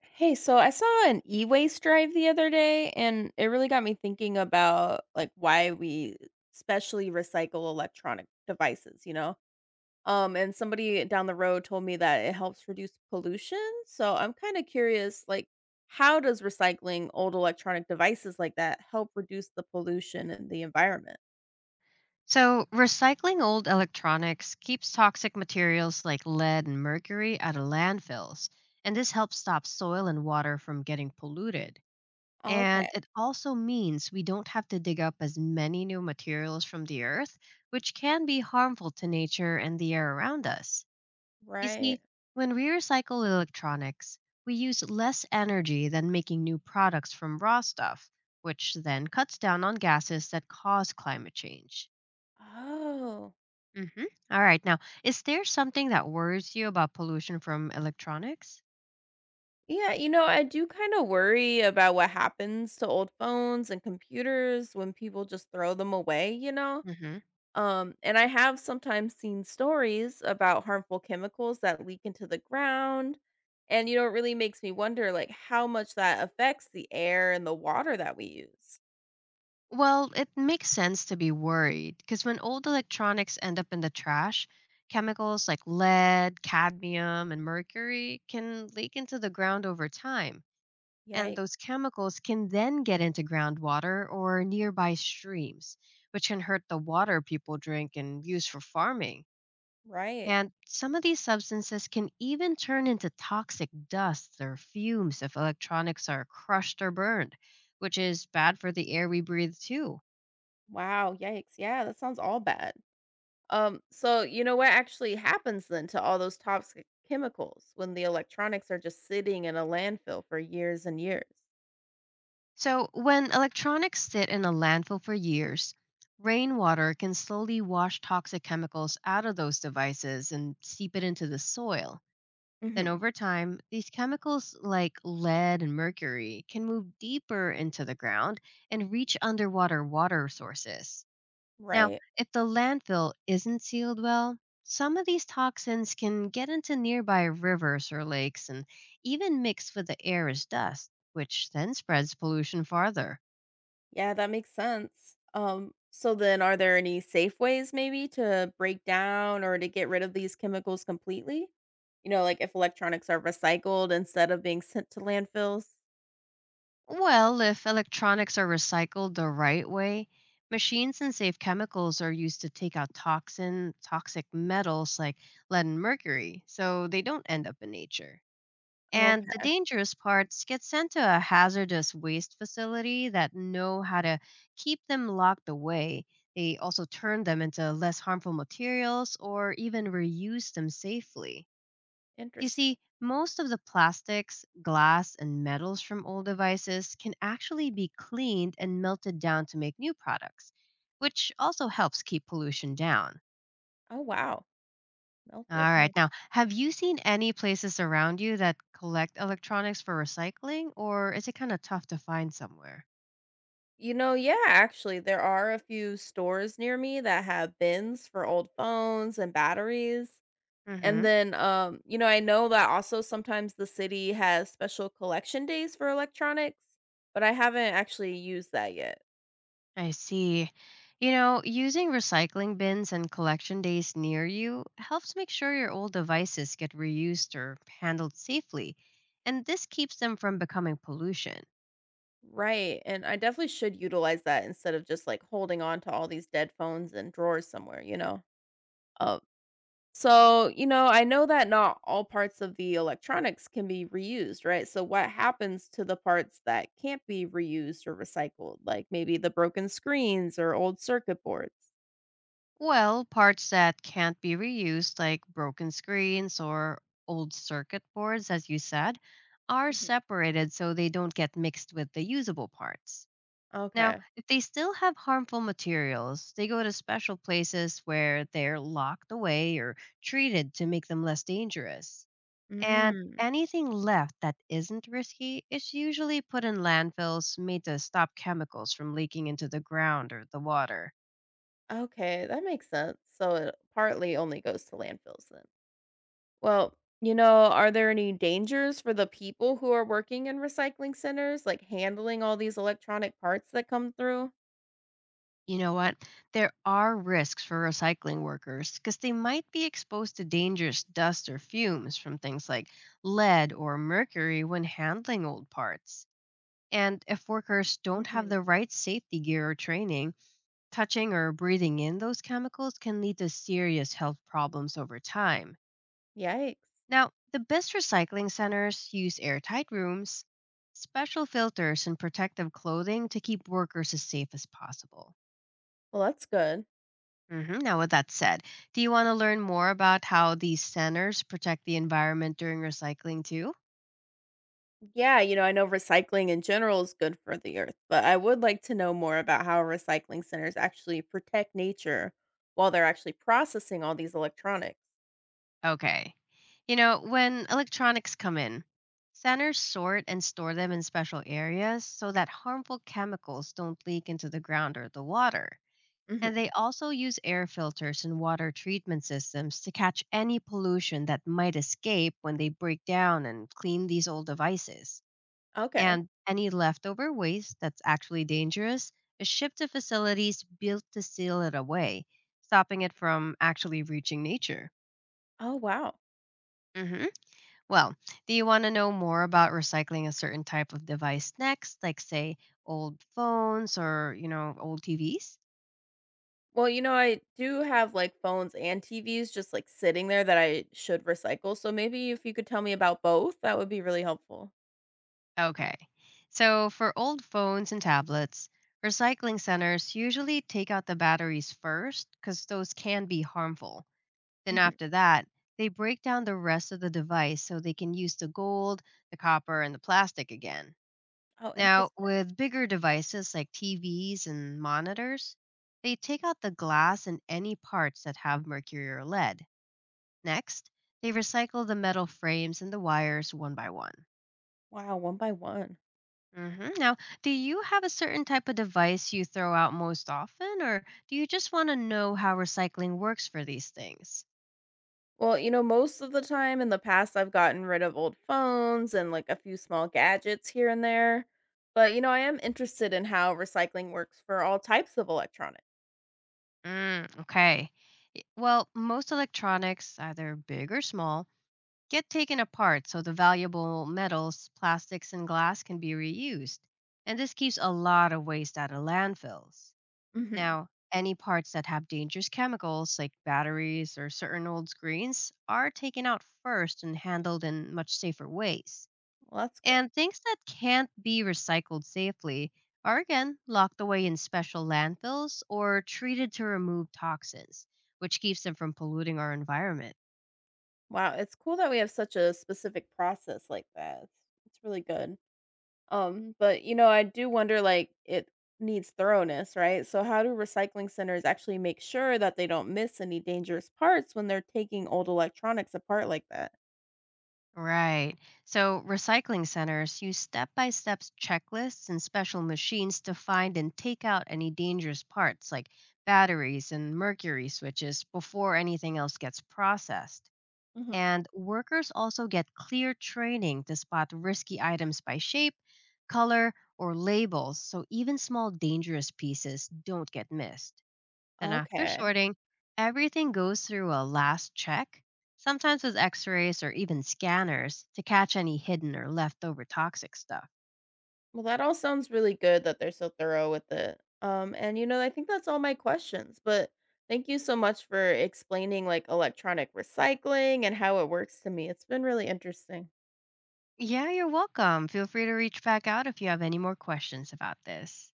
Hey, so I saw an e-waste drive the other day and it really got me thinking about like why we specially recycle electronic devices, you know? And somebody down the road told me that it helps reduce pollution, so I'm kind of curious like how does recycling old electronic devices like that help reduce the pollution in the environment? So, recycling old electronics keeps toxic materials like lead and mercury out of landfills, and this helps stop soil and water from getting polluted. Okay, And it also means we don't have to dig up as many new materials from the earth, which can be harmful to nature and the air around us. You see, right. when we recycle electronics, we use less energy than making new products from raw stuff, which then cuts down on gases that cause climate change. Oh. Mm-hmm. All right. Now, is there something that worries you about pollution from electronics? Yeah, you know, I do kind of worry about what happens to old phones and computers when people just throw them away, you know? Mm-hmm. And I have sometimes seen stories about harmful chemicals that leak into the ground. And, you know, it really makes me wonder, like, how much that affects the air and the water that we use. Well, it makes sense to be worried because when old electronics end up in the trash, chemicals like lead, cadmium, and mercury can leak into the ground over time. And Yikes. those chemicals can then get into groundwater or nearby streams, which can hurt the water people drink and use for farming. Right. And some of these substances can even turn into toxic dusts or fumes if electronics are crushed or burned, which is bad for the air we breathe too. Wow. Yikes. Yeah, that sounds all bad. So you know what actually happens then to all those toxic chemicals when the electronics are just sitting in a landfill for years and years? So, when electronics sit in a landfill for years, rainwater can slowly wash toxic chemicals out of those devices and seep it into the soil. Then, hmm over time, these chemicals like lead and mercury can move deeper into the ground and reach underwater water sources. Now, Right. if the landfill isn't sealed well, some of these toxins can get into nearby rivers or lakes and even mix with the air as dust, which then spreads pollution farther. Yeah, that makes sense. So then are there any safe ways maybe to break down or to get rid of these chemicals completely? You know, like if electronics are recycled instead of being sent to landfills? Well, if electronics are recycled the right way, machines and safe chemicals are used to take out toxic metals like lead and mercury, so they don't end up in nature. And the Okay. dangerous parts get sent to a hazardous waste facility that know how to keep them locked away. They also turn them into less harmful materials or even reuse them safely. You Interesting. see, most of the plastics, glass, and metals from old devices can actually be cleaned and melted down to make new products, which also helps keep pollution down. Oh, wow. All Melted, huh? right. Now, have you seen any places around you that collect electronics for recycling, or is it kind of tough to find somewhere? You know, yeah, actually, there are a few stores near me that have bins for old phones and batteries. And Mm-hmm. then, you know, I know that also sometimes the city has special collection days for electronics, but I haven't actually used that yet. I see. You know, using recycling bins and collection days near you helps make sure your old devices get reused or handled safely, and this keeps them from becoming pollution. Right. And I definitely should utilize that instead of just like holding on to all these dead phones and drawers somewhere, you know? So, you know, I know that not all parts of the electronics can be reused, right? So, what happens to the parts that can't be reused or recycled, like maybe the broken screens or old circuit boards? Well, parts that can't be reused, like broken screens or old circuit boards, as you said, are Mhm. separated so they don't get mixed with the usable parts. Now, Okay. if they still have harmful materials, they go to special places where they're locked away or treated to make them less dangerous. And Mm. anything left that isn't risky is usually put in landfills made to stop chemicals from leaking into the ground or the water. Okay, that makes sense. So, it partly only goes to landfills then. Well, you know, are there any dangers for the people who are working in recycling centers, like handling all these electronic parts that come through? You know what? There are risks for recycling workers because they might be exposed to dangerous dust or fumes from things like lead or mercury when handling old parts. And if workers don't have Mhm. the right safety gear or training, touching or breathing in those chemicals can lead to serious health problems over time. Yikes. Now, the best recycling centers use airtight rooms, special filters, and protective clothing to keep workers as safe as possible. Well, that's good. Now, with that said, do you want to learn more about how these centers protect the environment during recycling too? Yeah, you know, I know recycling in general is good for the earth, but I would like to know more about how recycling centers actually protect nature while they're actually processing all these electronics. Okay. You know, when electronics come in, centers sort and store them in special areas so that harmful chemicals don't leak into the ground or the water. And Hmm. they also use air filters and water treatment systems to catch any pollution that might escape when they break down and clean these old devices. Okay. And any leftover waste that's actually dangerous is shipped to facilities built to seal it away, stopping it from actually reaching nature. Oh, wow. hmm Well, do you want to know more about recycling a certain type of device next, like say old phones or old TVs? Well, you know, I do have like phones and TVs just like sitting there that I should recycle. So maybe if you could tell me about both, that would be really helpful. Okay. So, for old phones and tablets, recycling centers usually take out the batteries first cuz those can be harmful. Then Hmm. after that, they break down the rest of the device so they can use the gold, the copper, and the plastic again. Oh, Now, interesting. with bigger devices like TVs and monitors, they take out the glass and any parts that have mercury or lead. Next, they recycle the metal frames and the wires one by one. Wow, one by one. Now, do you have a certain type of device you throw out most often, or do you just want to know how recycling works for these things? Well, you know, most of the time in the past, I've gotten rid of old phones and like a few small gadgets here and there. But, you know, I am interested in how recycling works for all types of electronics. Mm, okay. Well, most electronics, either big or small, get taken apart so the valuable metals, plastics, and glass can be reused. And this keeps a lot of waste out of landfills. Hmm. Now, any parts that have dangerous chemicals, like batteries or certain old screens, are taken out first and handled in much safer ways. Well, that's good. And things that can't be recycled safely are again locked away in special landfills or treated to remove toxins, which keeps them from polluting our environment. Wow. It's cool that we have such a specific process like that. It's really good. But, you know, I do wonder like it needs thoroughness, right? So, how do recycling centers actually make sure that they don't miss any dangerous parts when they're taking old electronics apart like that? Right. So recycling centers use step by step checklists and special machines to find and take out any dangerous parts like batteries and mercury switches before anything else gets processed. hmm And workers also get clear training to spot risky items by shape, color, or labels, so even small dangerous pieces don't get missed. Then, after Okay. sorting, everything goes through a last check, sometimes with x rays or even scanners, to catch any hidden or leftover toxic stuff. Well, that all sounds really good that they're so thorough with it. And you know, I think that's all my questions, but thank you so much for explaining like electronic recycling and how it works to me. It's been really interesting. Yeah, you're welcome. Feel free to reach back out if you have any more questions about this.